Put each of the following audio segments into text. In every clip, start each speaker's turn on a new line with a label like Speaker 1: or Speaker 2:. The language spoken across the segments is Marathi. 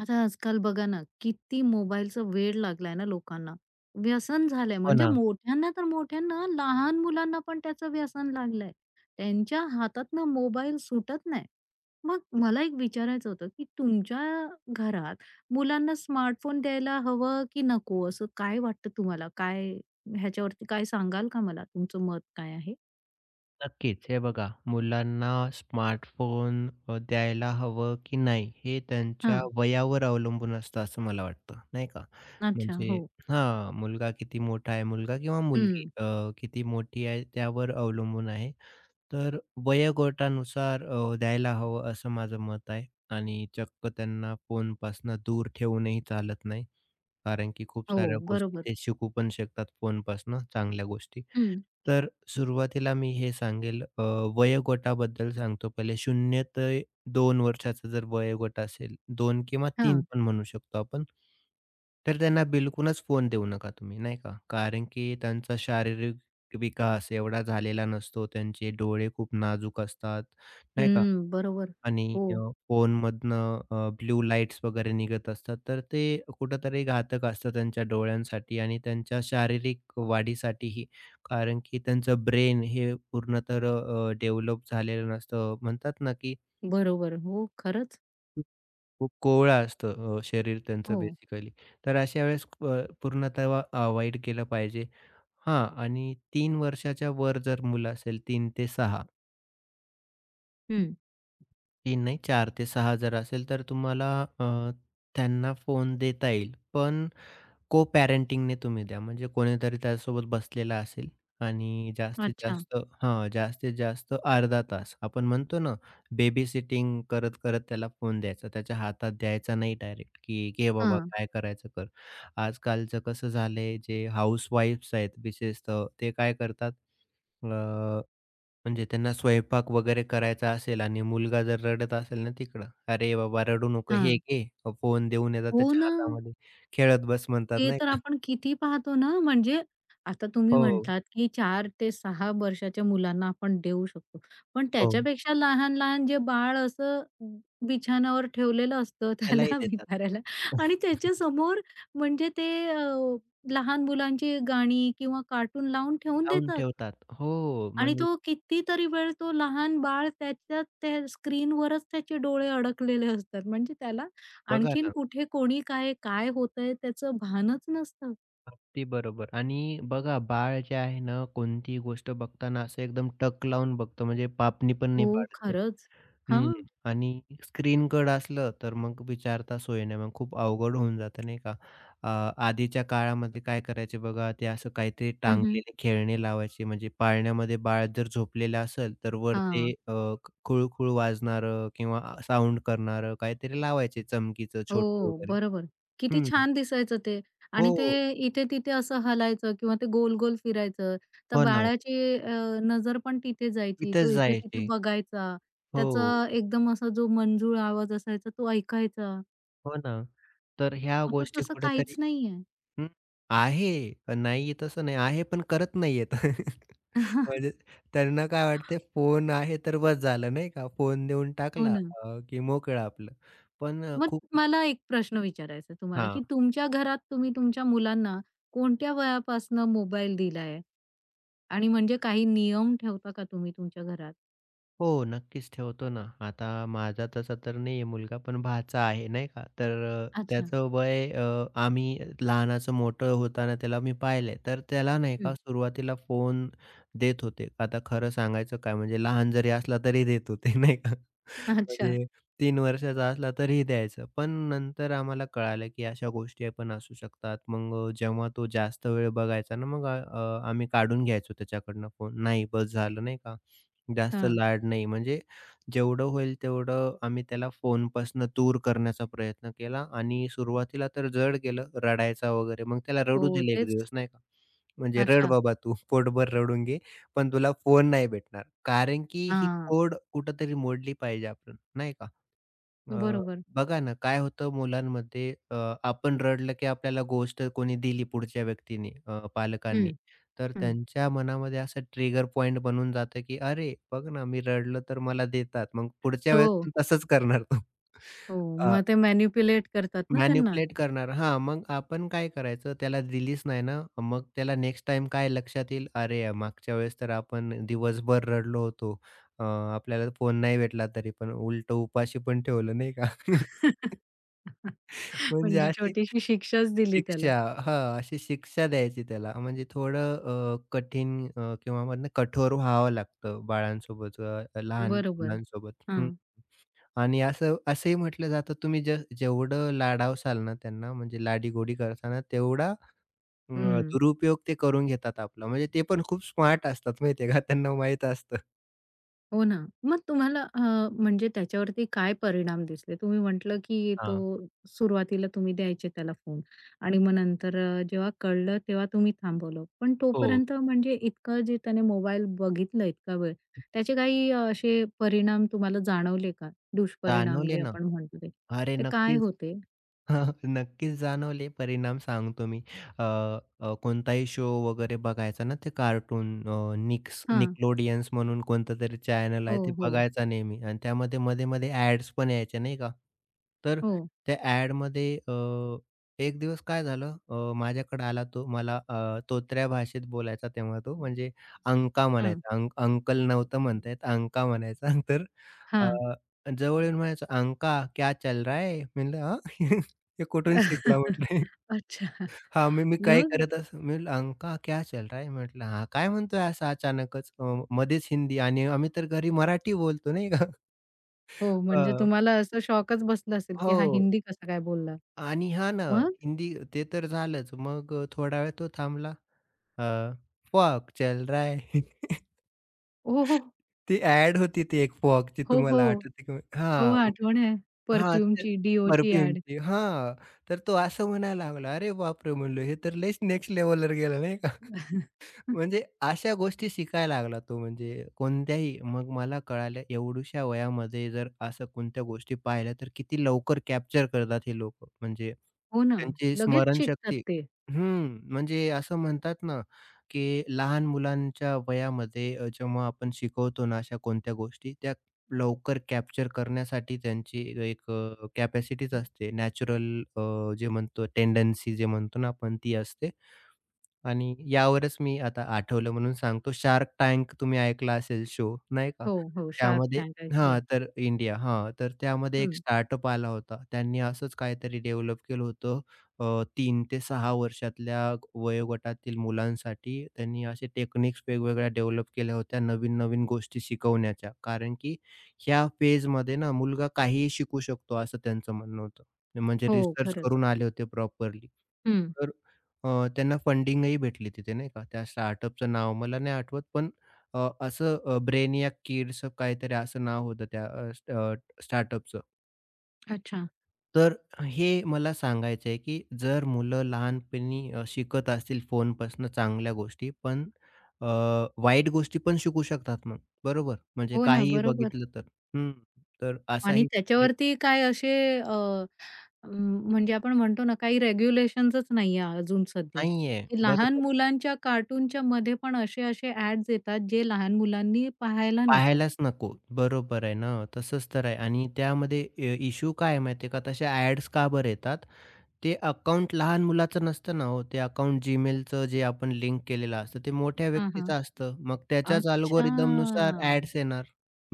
Speaker 1: आता आजकाल बघा ना, किती मोबाईलचा वेड लागलाय ना लोकांना. व्यसन झालंय
Speaker 2: हो
Speaker 1: म्हणजे
Speaker 2: ना.
Speaker 1: मोठ्यांना तर मोठ्यांना, लहान मुलांना पण त्याचं व्यसन लागलंय. त्यांच्या हातातनं मोबाईल सुटत नाही. मग मला एक विचारायचं होतं, की तुमच्या घरात मुलांना स्मार्टफोन द्यायला हवं की नको? असं काय वाटतं तुम्हाला? काय ह्याच्यावरती काय सांगाल का मला? तुमचं मत काय आहे?
Speaker 2: नक्कीच. हे बघा मुलांना स्मार्टफोन द्यायला हवं की नाही हे त्यांच्या
Speaker 1: हां.
Speaker 2: वयावर अवलंबून असतं असं मला वाटतं, नाही का?
Speaker 1: अच्छा.
Speaker 2: म्हणजे
Speaker 1: हो.
Speaker 2: हां, मुलगा किती मोठा आहे, मुलगा किंवा मुलगी
Speaker 1: हं.
Speaker 2: किती मोठी आहे त्यावर अवलंबून आहे. तर वयोगटानुसार द्यायला हवं असं माझं मत आहे आणि चक्क त्यांना फोनपासनं दूर ठेवूनही चालत नाही. कारण की खूप साऱ्या
Speaker 1: हो.
Speaker 2: गोष्टी
Speaker 1: बरोबर.
Speaker 2: ते शिकू पण शकतात फोनपासनं चांगल्या गोष्टी.
Speaker 1: हं.
Speaker 2: तर सुरुवातीला मी हे सांगेल वयोगटाबद्दल सांगतो पहिले 0 ते 2 वर्षाचा जर वयोगट असेल, 2 किंवा 3
Speaker 1: हां.
Speaker 2: पण म्हणू शकतो आपण. तर त्यांना बिलकुलच फोन देऊ नका तुम्ही, नाही का. कारण की त्यांचा शारीरिक विकास एवढा झालेला नसतो. त्यांचे डोळे खूप नाजूक असतात, नाही का.
Speaker 1: हं. बरोबर.
Speaker 2: आणि अ,
Speaker 1: हो.
Speaker 2: फोनमधनं ब्लू लाईट्स वगैरे निघत असतात, तर ते कुठेतरी घातक असतं त्यांच्या डोळ्यांसाठी आणि त्यांच्या शारीरिक वाढीसाठीही. कारण की त्यांचं ब्रेन हे पूर्ण तर डेव्हलप झालेलं नसतं. म्हणतात ना, की
Speaker 1: बरोबर. हो, खरंच.
Speaker 2: खूप कोवळं असतं शरीर त्यांचं
Speaker 1: हो.
Speaker 2: बेसिकली. तर अशा वेळेस पूर्णतः अव्हॉइड केलं पाहिजे. हां आणि 3 वर्षाच्या वर जर मुलं असेल, 3 ते 6
Speaker 1: हं.
Speaker 2: 3 नाही 4 ते 6 जर असेल तर तुम्हाला अ, त्यांना फोन देता येईल. पण को-पॅरेंटिंगने तुम्ही द्या. म्हणजे कोणीतरी त्यासोबत बसलेला असेल आणि
Speaker 1: अच्छा.
Speaker 2: जास्तीत जास्त अर्धा तास. आपण म्हणतो ना, बेबी-सिटिंग करत-करत त्याला फोन द्यायचा. त्याच्या हातात द्यायचा नाही डायरेक्ट, की "घे बाबा,
Speaker 1: हां,
Speaker 2: काय करायचं कर." आजकालचं कसं झालंय, जे हाउसवाईफ्स आहेत विशेषतः, ते काय करतात अ, म्हणजे त्यांना स्वयंपाक वगैरे करायचा असेल आणि मुलगा जर रडत असेल ना तिकडं, "अरे बाबा, रडू नको. हे
Speaker 1: हां.
Speaker 2: घे." फोन देऊन येतात
Speaker 1: हो
Speaker 2: त्याच्या
Speaker 1: ना.
Speaker 2: हातामध्ये. खेळत बस म्हणतात
Speaker 1: ते
Speaker 2: नाही
Speaker 1: तर
Speaker 2: का?
Speaker 1: आपण किती पाहतो ना, म्हणजे आता तुम्ही
Speaker 2: हो,
Speaker 1: म्हणतात, की 4 ते 6 वर्षाच्या मुलांना आपण देऊ शकतो. पण
Speaker 2: हो.
Speaker 1: त्याच्यापेक्षा लहान-लहान जे बाळ असं बिछाणावर ठेवलेलं असतं
Speaker 2: त्यालाही
Speaker 1: त्याला
Speaker 2: देतात.
Speaker 1: विचारायला आणि त्याच्यासमोर म्हणजे ते लहान मुलांची गाणी किंवा कार्टून लावून ठेवून
Speaker 2: लावून
Speaker 1: देतात.
Speaker 2: ठेवतात. हो,
Speaker 1: आणि
Speaker 2: म्हणजे
Speaker 1: तो कितीतरी वेळ तो लहान बाळ त्याच्या त्या स्क्रीनवरच त्याचे डोळे अडकलेले असतात. म्हणजे त्याला
Speaker 2: बघा
Speaker 1: आणखीन
Speaker 2: ना,
Speaker 1: कुठे कोणी काय, काय होतंय त्याचं भानच नसतं.
Speaker 2: अगदी बरोबर. आणि बघा बाळ जे आहे ना, कोणतीही गोष्ट बघताना असं एकदम टक लावून बघतं म्हणजे पापणी पण
Speaker 1: हो,
Speaker 2: नाही पाडत ते.
Speaker 1: खरंच.
Speaker 2: हं.
Speaker 1: हां.
Speaker 2: आणि स्क्रीनकडं असलं तर मग विचारता सोय नाही. मग खूप अवघड होऊन जातं नाही का? अ, आधीच्या काळामध्ये काय करायचे बघा, ते असं काहीतरी
Speaker 1: हं, हं.
Speaker 2: टांगलेले खेळणे लावायचे म्हणजे पाळण्यामध्ये बाळ जर झोपलेलं असेल तर वर ते
Speaker 1: हां.
Speaker 2: वाजणारं किंवा साउंड करणारं काहीतरी लावायचे चमकीचं छोटं
Speaker 1: हो,
Speaker 2: वगैरे.
Speaker 1: बरोबर. किती
Speaker 2: हं.
Speaker 1: छान दिसायचं ते आणि ते
Speaker 2: हो,
Speaker 1: इथे-तिथे असं हलायचं किंवा ते गोल-गोल फिरायचं. तर
Speaker 2: हो ना.
Speaker 1: बाळाची नजर पण तिथे जायची. तो
Speaker 2: तिथेच
Speaker 1: इथे-तिथे
Speaker 2: जायचे.
Speaker 1: बघायचा. त्याचा
Speaker 2: हो,
Speaker 1: एकदम असा जो मंजूळ आवाज असायचा तो ऐकायचा.
Speaker 2: हो ना. तर ह्या
Speaker 1: आता
Speaker 2: गोष्टी
Speaker 1: तसं
Speaker 2: कुठेतरी
Speaker 1: काहीच नाहीये.
Speaker 2: हं, आहे. नाही तसं नाही आहे, पण करत नाहीयेत. म्हणजे त्यांना काय वाटते फोन आहे तर बस झालं नाही का? फोन देऊन
Speaker 1: हो
Speaker 2: टाकला
Speaker 1: ना.
Speaker 2: की मोकळं आपलं. पण
Speaker 1: मग
Speaker 2: खूप
Speaker 1: मला एक प्रश्न विचारायचा आहे तुम्हाला,
Speaker 2: हां.
Speaker 1: की तुमच्या घरात तुम्ही तुमच्या मुलांना कोणत्या वयापासून मोबाईल दिलाय? आणि म्हणजे काही नियम ठेवता का तुम्ही तुमच्या घरात?
Speaker 2: हो, नक्कीच ठेवतो ना. आता माझा तसा तर नाहीये मुलगा, पण भाचा आहे, नाही का. तर अ,
Speaker 1: अच्छा.
Speaker 2: त्याचं वय अ, आम्ही लहानाचं मोठं होताना त्याला मी पाहिलंय. तर त्याला नाही का
Speaker 1: हं.
Speaker 2: सुरुवातीला फोन देत होते. आता खरं सांगायचं काय म्हणजे लहान जरी असला तरी देत होते, नाही का.
Speaker 1: अच्छा.
Speaker 2: म्हणजे 3 वर्षाचा असला तरीही द्यायचं. पण नंतर आम्हाला कळालं, की अशा गोष्टी पण असू शकतात. मग जेव्हा तो जास्त वेळ बघायचा ना, मग आम्ही काढून घ्यायचो त्याच्याकडनं फोन. नाही बस झालं, नाही का. जास्त
Speaker 1: हां.
Speaker 2: लाड नाही. म्हणजे जेवढं होईल तेवढं आम्ही त्याला फोनपासून दूर करण्याचा प्रयत्न केला आणि सुरुवातीला तर जड गेलं, रडायचा वगैरे. मग त्याला रडू
Speaker 1: हो,
Speaker 2: दिले एक
Speaker 1: तेच.
Speaker 2: दिवस नाही का. म्हणजे "रड
Speaker 1: अच्छा.
Speaker 2: बाबा तू पोटभर रडून घे, पण तुला फोन नाही भेटणार." कारण की ही
Speaker 1: हां.
Speaker 2: खोड कुठेतरी मोडली पाहिजे आपण, नाही का? अ,
Speaker 1: बरोबर.
Speaker 2: बघा ना, काय होतं मुलांमध्ये आपण रडलं, की आपल्याला गोष्ट कोणी दिली पुढच्या व्यक्तीने
Speaker 1: हं,
Speaker 2: पालकांनी, तर
Speaker 1: हं.
Speaker 2: त्यांच्या मनामध्ये असं ट्रिगर पॉइंट बनून जातं, की "अरे, बघ ना, मी रडलं तर मला देतात." मग पुढच्या वेळेस
Speaker 1: हो,
Speaker 2: पण तसंच करणार तो.
Speaker 1: हो.
Speaker 2: अ,
Speaker 1: मग ते मॅनिप्युलेट करतात ना त्यांना.
Speaker 2: करणार हां, मग आपण काय करायचं, त्याला दिलीच नाही ना, मग त्याला नेक्स्ट टाईम काय लक्षात येईल, "अरे, या मागच्या वेळेस तर आपण दिवसभर रडलो होतो. अ, आपल्याला फोन नाही भेटला तरी पण उलटं उपाशी पण ठेवलं." नाही का? म्हणजे
Speaker 1: म्हणजे
Speaker 2: अशी
Speaker 1: छोटीशी शिक्षाच दिली त्याला.
Speaker 2: शिक्षा हां, अशी शिक्षा द्यायची त्याला. म्हणजे थोडं कठीण किंवा म्हणणं कठोर व्हावं लागतं बाळांसोबत, लहान
Speaker 1: बरोबर.
Speaker 2: मुलांसोबत. हं.
Speaker 1: हां.
Speaker 2: आणि असं असंही म्हटलं जातं, तुम्ही जे जेवढं लाडावसाल ना त्यांना, म्हणजे लाडीगोडी करता ना, तेवढा अ,
Speaker 1: हं.
Speaker 2: दुरुपयोग ते करून घेतात आपला. म्हणजे ते पण खूप स्मार्ट असतात माहिती का, त्यांना माहीत असतं.
Speaker 1: हो ना. मग तुम्हाला म्हणजे त्याच्यावरती काय परिणाम दिसले? तुम्ही म्हटलं, की तो
Speaker 2: हां.
Speaker 1: सुरुवातीला तुम्ही द्यायचे त्याला फोन आणि मग नंतर जेव्हा कळलं तेव्हा तुम्ही थांबवलं. पण
Speaker 2: हो,
Speaker 1: तोपर्यंत म्हणजे इतकं जे त्याने मोबाईल बघितलं इतका वेळ, त्याचे काही असे परिणाम तुम्हाला जाणवले का? दुष्परिणाम
Speaker 2: जाणवले
Speaker 1: जे
Speaker 2: ना.
Speaker 1: आपण म्हणतो ते.
Speaker 2: अरे,
Speaker 1: ते काय
Speaker 2: नक्कीच.
Speaker 1: होते?
Speaker 2: नक्कीच जाणवले परिणाम सांगतो मी. अ, अ, कोणताही शो वगैरे बघायचा ना, ते कार्टून निक्स
Speaker 1: हां.
Speaker 2: निकलोडियन्स म्हणून कोणतंतरी चॅनल
Speaker 1: हो,
Speaker 2: आहे, ते
Speaker 1: हो.
Speaker 2: बघायचा नेहमी आणि त्यामध्ये मध्ये-मध्ये ॲड्स पण यायच्या नाही का. तर
Speaker 1: हो.
Speaker 2: त्या ॲडमध्ये एक दिवस काय झालं माझ्याकडे आला तो मला तोतऱ्या भाषेत बोलायचा तेव्हा तो म्हणजे अंका
Speaker 1: हां.
Speaker 2: म्हणायचा. अंक अंकल नव्हतं म्हणता येत, अंका म्हणायचा. तर अ,
Speaker 1: हां.
Speaker 2: जवळ येऊन म्हणायचा, "अंका क्या चल रहा है?" म्हणलं, "हां." "हे कुठून शिकला?" म्हटले.
Speaker 1: अच्छा.
Speaker 2: हां, मी मी काही
Speaker 1: मग?
Speaker 2: करत असं मी म्हटलं, "अंका क्या चल रहा है?" म्हटलं. "हा, काय म्हणतोय असं अचानकच?" मध्येच हिंदी आणि आम्ही तर घरी मराठी बोलतो नाही का?
Speaker 1: हो, म्हणजे
Speaker 2: अ,
Speaker 1: तुम्हाला असं शॉकच बसला असेल, की हा
Speaker 2: हो
Speaker 1: हिंदी कसा काय बोलला?
Speaker 2: आणि हां ना,
Speaker 1: मग?
Speaker 2: हिंदी ते तर झालंच. मग थोडा वेळ तो थांबला. फॉक चल रहा है."
Speaker 1: हो, हो.
Speaker 2: ती ॲड होती ती एक फॉगची
Speaker 1: हो, हो.
Speaker 2: तुम्हाला आठवते का?
Speaker 1: हो,
Speaker 2: हां, मग
Speaker 1: आठवण आहे.
Speaker 2: हां, ते
Speaker 1: परफ्यूमची, DOची ॲड.
Speaker 2: परफ्यूमची. हां, तर तो असं म्हणायला लागला. अरे बापरे! म्हणलं हे तर लयच नेक्स्ट लेव्हलवर गेलं नाही, म्हणजे अशा गोष्टी शिकायला लागला तो म्हणजे कोणत्याही, मग मला कळालं एवढ्याशा वयामध्ये जर असं कोणत्या गोष्टी पाहिल्या तर किती लवकर कॅप्चर करतात हे लोकं. म्हणजे
Speaker 1: हो ना.
Speaker 2: त्यांची
Speaker 1: लगेच शिकतात
Speaker 2: स्मरणशक्ती
Speaker 1: ते.
Speaker 2: हं, म्हणजे असं म्हणतात ना, की लहान मुलांच्या वयामध्ये जेव्हा आपण शिकवतो ना अशा कोणत्या गोष्टी, त्या लवकर कॅप्चर करण्यासाठी त्यांची एक कॅपॅसिटीच असते. नॅचरल जे म्हणतो टेंडन्सी जे म्हणतो ना आपण ती असते. आणि यावरच मी आता आठवलं म्हणून सांगतो, शार्क टँक तुम्ही ऐकला असेल शो, नाही का?
Speaker 1: हो, हो. शार्क
Speaker 2: त्यामध्ये
Speaker 1: टँक
Speaker 2: हां,
Speaker 1: ऐकलंय.
Speaker 2: तर इंडिया हां, तर त्यामध्ये एक
Speaker 1: हं.
Speaker 2: स्टार्टअप आला होता. त्यांनी असंच काहीतरी डेव्हलप केलं होतं. 3 ते सहा वर्षातल्या वयोगटातील मुलांसाठी त्यांनी असे टेक्निक्स वेगवेगळ्या डेव्हलप केल्या होत्या, नवीन-नवीन गोष्टी शिकवण्याच्या. कारण की ह्या फेजमध्ये ना मुलगा काहीही शिकू शकतो, असं त्यांचं म्हणणं होतं. म्हणजे
Speaker 1: हो,
Speaker 2: रिसर्च
Speaker 1: खरंच.
Speaker 2: करून आले होते प्रॉपरली.
Speaker 1: हं.
Speaker 2: तर त्यांना फंडिंगही भेटली तिथे नाही का? त्या स्टार्टअपचं नाव मला नाही आठवत, पण ब्रेनियाक किड्स काहीतरी असं नाव होतं त्या स्टार्टअपचं.
Speaker 1: अच्छा.
Speaker 2: तर हे मला सांगायचं आहे, की जर मुलं लहानपणी शिकत असतील फोनपासून चांगल्या गोष्टी, पण अ, वाईट गोष्टी पण शिकू शकतात मग, बरोबर? म्हणजे
Speaker 1: हो ना,
Speaker 2: काहीही
Speaker 1: बरोबर.
Speaker 2: बघितलं तर. हं, तर
Speaker 1: आणि
Speaker 2: असाही विपरीत
Speaker 1: त्याच्यावरती काय असे अ, म्हणजे आपण म्हणतो ना, काही रेग्युलेशन्सच नाहीये अजून सध्या,
Speaker 2: नाहीये.
Speaker 1: की लहान
Speaker 2: बरोबर.
Speaker 1: मुलांच्या कार्टूनच्या मध्ये पण असे-असे ॲड्स येतात, जे लहान मुलांनी पाहायला नको.
Speaker 2: पाहायलाच नको. बरोबर आहे ना. तसंच तर आहे आणि त्यामध्ये इश्यू काय आहे माहिती आहे का? तशा ॲड्स का बरं येतात? ते अकाउंट लहान मुलाचं नसतं ना हो. ते अकाउंट Gmailचं जे आपण लिंक केलेलं असतं, ते मोठ्या
Speaker 1: हां,
Speaker 2: व्यक्तीचं
Speaker 1: हां.
Speaker 2: असतं. मग त्याच्याच
Speaker 1: अच्छा!
Speaker 2: अल्गोरिदमनुसार ॲड्स येणार.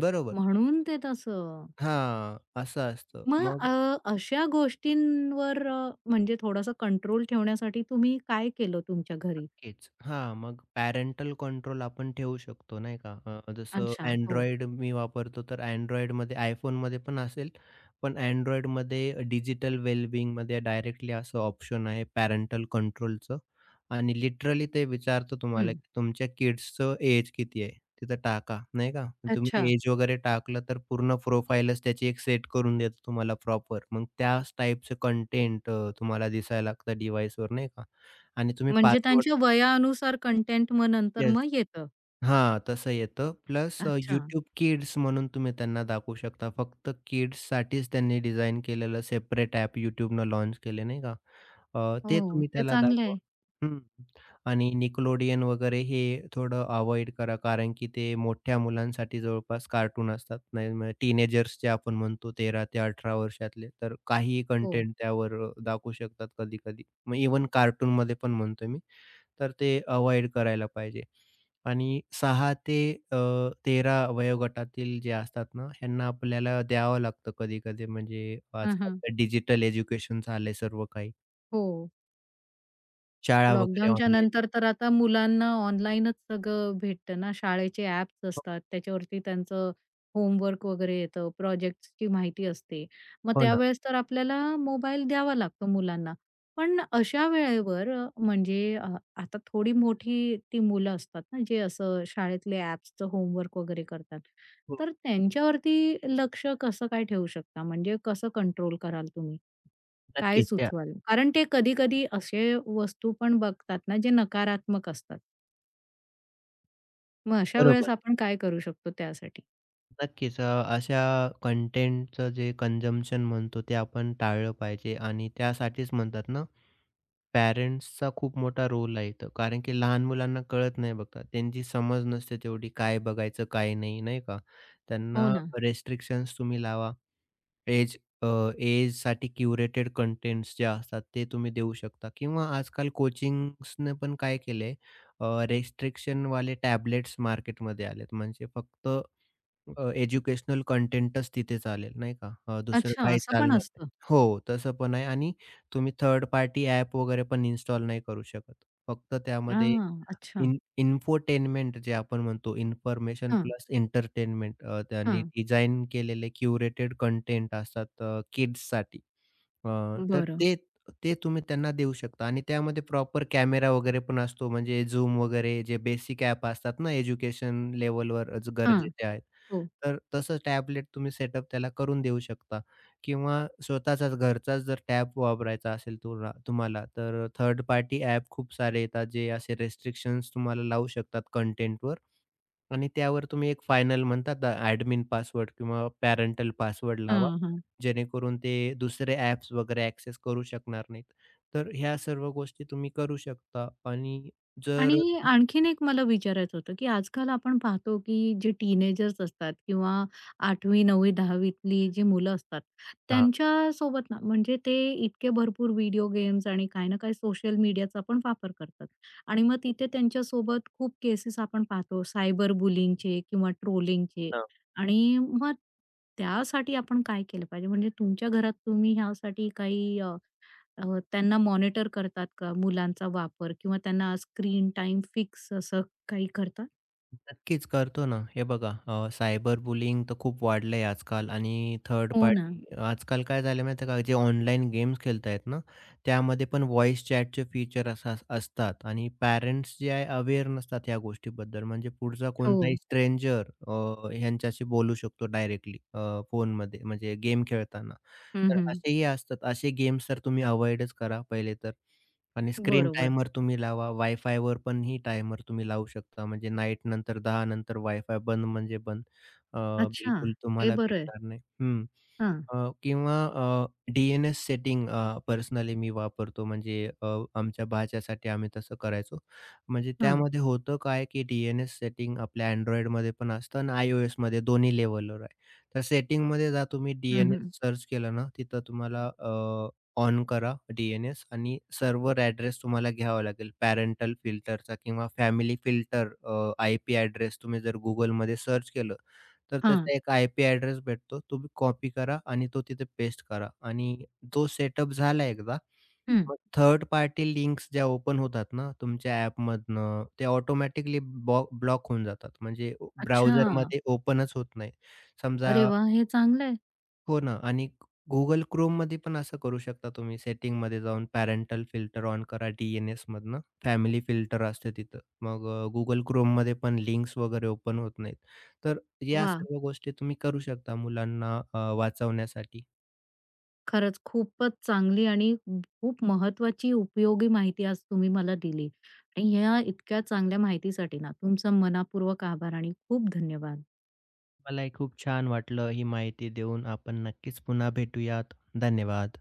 Speaker 2: बरोबर.
Speaker 1: म्हणून ते तसं.
Speaker 2: हां, असं असतं.
Speaker 1: मग
Speaker 2: मग
Speaker 1: अ, अशा गोष्टींवर म्हणजे थोडासा कंट्रोल ठेवण्यासाठी तुम्ही काय केलं तुमच्या घरी?
Speaker 2: नक्कीच. हां, मग पॅरेंटल कंट्रोल आपण ठेवू शकतो नाही का? जसं
Speaker 1: अच्छा. हो.
Speaker 2: Android मी वापरतो, तर Androidमध्ये iPhoneमध्ये पण असेल, पण Androidमध्ये डिजिटल वेलबिंगमध्ये डायरेक्टली असं ऑप्शन आहे पॅरेंटल कंट्रोलचं आणि लिटरली ते विचारतं तुम्हाला,
Speaker 1: हं.
Speaker 2: की तुमच्या किड्सचं एज किती आहे? तिथं टाका, नाही का? मग
Speaker 1: अच्छा.
Speaker 2: तुम्ही एज वगैरे टाकलं, तर पूर्ण प्रोफाईलच त्याची एक सेट करून देतो तुम्हाला प्रॉपर. मग त्याच टाईपचं कंटेंट तुम्हाला दिसायला लागतं डिव्हाइसवर नाही का? आणि तुम्ही
Speaker 1: म्हणजे
Speaker 2: पासवर्ड
Speaker 1: त्यांच्या वयानुसार कंटेंट मग नंतर
Speaker 2: येस.
Speaker 1: मग येतं.
Speaker 2: हां, तसं येतं. प्लस
Speaker 1: अच्छा.
Speaker 2: YouTube Kids म्हणून तुम्ही त्यांना दाखवू शकता. फक्त किड्ससाठीच त्यांनी डिझाइन केलेलं सेपरेट ॲप YouTubeनं लॉन्च केले, नाही का? ते
Speaker 1: हो,
Speaker 2: तुम्ही
Speaker 1: ते
Speaker 2: त्याला
Speaker 1: चांगलं
Speaker 2: दाखवा.
Speaker 1: आहे.
Speaker 2: हं. आणि Nickelodeon वगैरे हे थोडं अव्हॉइड करा, कारण की ते मोठ्या मुलांसाठी जवळपास कार्टून असतात. नाही म्हणजे टीनेजर्स जे आपण म्हणतो 13 ते 18 वर्षातले, तर काहीही
Speaker 1: हो.
Speaker 2: कंटेंट त्यावर दाखवू शकतात कधी-कधी. मग इव्हन कार्टूनमध्ये पण म्हणतोय मी. तर ते अव्हॉइड करायला पाहिजे. आणि 6 ते अ, 13 वयोगटातील जे असतात ना, ह्यांना आपल्याला द्यावं लागतं कधी-कधी. म्हणजे
Speaker 1: हां,
Speaker 2: आजकाल
Speaker 1: हां.
Speaker 2: तर डिजिटल एज्युकेशन झालंय सर्व काही.
Speaker 1: हो.
Speaker 2: शाळा वगैरे
Speaker 1: लॉकडाऊनच्या
Speaker 2: ऑनलाईन.
Speaker 1: नंतर तर आता मुलांना ऑनलाईनच सगळं भेटतं ना. शाळेचे ॲप्स
Speaker 2: हो,
Speaker 1: असतात, त्याच्यावरती त्यांचं होमवर्क वगैरे येतं, प्रोजेक्ट्सची माहिती असते. मग
Speaker 2: हो ना.
Speaker 1: त्यावेळेस तर आपल्याला मोबाईल द्यावा लागतो मुलांना. पण अशा वेळेवर म्हणजे आता थोडी मोठी ती मुलं असतात ना, जे असं शाळेतले ॲप्सचं होमवर्क वगैरे करतात.
Speaker 2: हो,
Speaker 1: तर त्यांच्यावरती लक्ष कसं काय ठेवू शकता? म्हणजे कसं कंट्रोल कराल तुम्ही? काय
Speaker 2: नक्कीच द्या.
Speaker 1: सुचवाल? कारण ते कधी-कधी असे वस्तू पण बघतात ना, जे नकारात्मक असतात. मग अशा वेळेस
Speaker 2: बरोबर.
Speaker 1: आपण काय करू शकतो त्यासाठी?
Speaker 2: नक्कीच. अशा कंटेंटचं जे कंझम्पशन म्हणतो ते आपण टाळलं पाहिजे आणि त्यासाठीच म्हणतात ना, पॅरेंट्सचा खूप मोठा रोल आहे इथं. कारण की लहान मुलांना कळत नाही बघा. त्यांची समज नसते तेवढी काय बघायचं, काय नाही, नाही का?
Speaker 1: हो
Speaker 2: त्यांना
Speaker 1: ना.
Speaker 2: रेस्ट्रिक्शन्स तुम्ही लावा. एज अ, एजसाठी क्युरेटेड कंटेंट्स जे असतात ते तुम्ही देऊ शकता किंवा आजकाल कोचिंग्सने पण काय केलंय रिस्ट्रिक्शनवाले टॅबलेट्स मार्केटमध्ये आलेत. म्हणजे फक्त एज्युकेशनल कंटेंटच तिथे चालेल नाही का? दुसरं
Speaker 1: अच्छा,
Speaker 2: काही
Speaker 1: असं पण
Speaker 2: चालणार नाही.
Speaker 1: असतं.
Speaker 2: हो, तसं पण आहे आणि तुम्ही थर्ड पार्टी ॲप वगैरे पण इन्स्टॉल नाही करू शकत. फक्त त्यामध्ये
Speaker 1: हां, अच्छा.
Speaker 2: इन्फोटेनमेंट जे आपण म्हणतो, इन्फॉर्मेशन
Speaker 1: हां,
Speaker 2: प्लस एंटरटेनमेंट, त्यांनी
Speaker 1: हां.
Speaker 2: डिझाइन केलेले क्युरेटेड कंटेंट असतात किड्ससाठी. अ, तर
Speaker 1: बरं.
Speaker 2: ते ते तुम्ही त्यांना देऊ शकता आणि त्यामध्ये प्रॉपर कॅमेरा वगैरे पण असतो. म्हणजे Zoom वगैरे जे बेसिक ॲप असतात ना एज्युकेशन लेव्हलवर
Speaker 1: हां.
Speaker 2: गरजेचे आहेत.
Speaker 1: हो.
Speaker 2: तर तसं टॅबलेट तुम्ही सेटअप त्याला करून देऊ शकता. किंवा स्वतःचाच घरचाच जर टॅब वापरायचा असेल तुम्हाला, तर थर्ड पार्टी ॲप खूप सारे येतात, जे असे रिस्ट्रिक्शन्स तुम्हाला लावू शकतात कंटेंटवर आणि त्यावर तुम्ही एक फायनल म्हणतात ना, ॲडमिन पासवर्ड किंवा पॅरेंटल पासवर्ड लावा,
Speaker 1: हां, हां.
Speaker 2: जेणेकरून ते दुसरे ॲप्स वगैरे ॲक्सेस करू शकणार नाहीत. तर ह्या सर्व गोष्टी तुम्ही करू शकता आणि जर
Speaker 1: आणि आणखीन एक मला विचारायचं होतं, की आजकाल आपण पाहतो, की जे टीनेजर्स असतात किंवा 8वी, 9वी, 10वीतली जी मुलं असतात,
Speaker 2: हां.
Speaker 1: त्यांच्या सोबत ना म्हणजे ते इतके भरपूर व्हिडिओ गेम्स आणि काही ना काही सोशल मीडियाचा पण वापर करतात. आणि मग तिथे त्यांच्यासोबत खूप केसेस आपण पाहतो सायबर बुलिंगचे किंवा ट्रोलिंगचे. आणि मग त्यासाठी आपण काय केलं पाहिजे? म्हणजे तुमच्या घरात तुम्ही ह्यासाठी काही त्यांना मॉनिटर करतात का मुलांचा वापर किंवा त्यांना स्क्रीन टाइम फिक्स असं काही करतात?
Speaker 2: नक्कीच करतो ना. हे बघा सायबर बुलिंग तर खूप वाढलंय आजकाल आणि थर्ड
Speaker 1: हो ना.
Speaker 2: पार्टी आजकाल काय झालं माहिती आहे का, जे ऑनलाईन गेम्स खेळतायत ना, त्यामध्ये पण व्हॉईस चॅटचे फीचर असं असतात आणि पॅरेंट्स जे आहे अवेअर नसतात ह्या गोष्टीबद्दल. म्हणजे पुढचा
Speaker 1: हो.
Speaker 2: कोणताही स्ट्रेंजर ह्यांच्याशी बोलू शकतो डायरेक्टली फोनमध्ये म्हणजे गेम खेळताना.
Speaker 1: हं,
Speaker 2: तर
Speaker 1: हं.
Speaker 2: असेही असतात. असे गेम्स तर तुम्ही अव्हॉइडच करा पहिले तर. आणि स्क्रीन
Speaker 1: बरोबर.
Speaker 2: टायमर तुम्ही लावा. वायफायवर पण ही टायमर तुम्ही लावू शकता. म्हणजे नाईट नंतर 10 नंतर वायफाय बंद म्हणजे बंद. अ,
Speaker 1: अच्छा,
Speaker 2: बिलकुल
Speaker 1: हे
Speaker 2: तुम्हाला
Speaker 1: बरं आहे.
Speaker 2: भेटणार नाही. हं.
Speaker 1: हां,
Speaker 2: अ, किंवा अ, डी एन सेटिंग पर्सनली मी वापरतो. म्हणजे अ, आमच्या भाच्यासाठी आम्ही तसं करायचो. म्हणजे
Speaker 1: हां.
Speaker 2: त्यामध्ये होतं काय, की डी सेटिंग आपल्या Androidमध्ये पण असतं आणि iOSमध्ये दोन्ही लेव्हलवर आहे. तर सेटिंगमध्ये जा तुम्ही डी
Speaker 1: हं, हं.
Speaker 2: सर्च केलं ना, तिथं तुम्हाला ऑन करा डी आणि सर्व्हर ॲड्रेस तुम्हाला घ्यावा लागेल पॅरेंटल फिल्टरचा किंवा फॅमिली फिल्टर आय-पी ॲड्रेस तुम्ही जर Googleमध्ये सर्च केलं, तर
Speaker 1: हां.
Speaker 2: त्याचा एक आय-पी ॲड्रेस भेटतो. तुम्ही कॉपी करा आणि तो तिथे पेस्ट करा आणि तो सेटअप झाला एकदा,
Speaker 1: हं.
Speaker 2: मग थर्ड पार्टी लिंक्स ज्या ओपन होतात ना तुमच्या ॲपमधनं, ते ऑटोमॅटिकली ब्लॉक होऊन जातात. म्हणजे
Speaker 1: अच्छा.
Speaker 2: ब्राउझरमध्ये ओपनच होत नाही. समजा
Speaker 1: अरे वाह! हे चांगलं आहे.
Speaker 2: हो ना आणि Google Chromeमध्ये पण असं करू शकता तुम्ही सेटिंगमध्ये जाऊन पॅरेंटल फिल्टर ऑन करा डी मधनं. फॅमिली फिल्टर असतं तिथं. मग Google Chromeमध्ये पण लिंक्स वगैरे ओपन होत नाहीत. तर या
Speaker 1: वाह!
Speaker 2: सर्व गोष्टी तुम्ही करू शकता मुलांना वाचवण्यासाठी.
Speaker 1: खरंच खूपच चांगली आणि खूप महत्वाची उपयोगी माहिती आज तुम्ही मला दिली आणि ह्या इतक्या चांगल्या माहितीसाठी ना तुमचा मनापूर्वक आभार आणि खूप धन्यवाद.
Speaker 2: मलाही खूप छान वाटलं ही माहिती देऊन. आपण नक्कीच पुन्हा भेटूयात. धन्यवाद.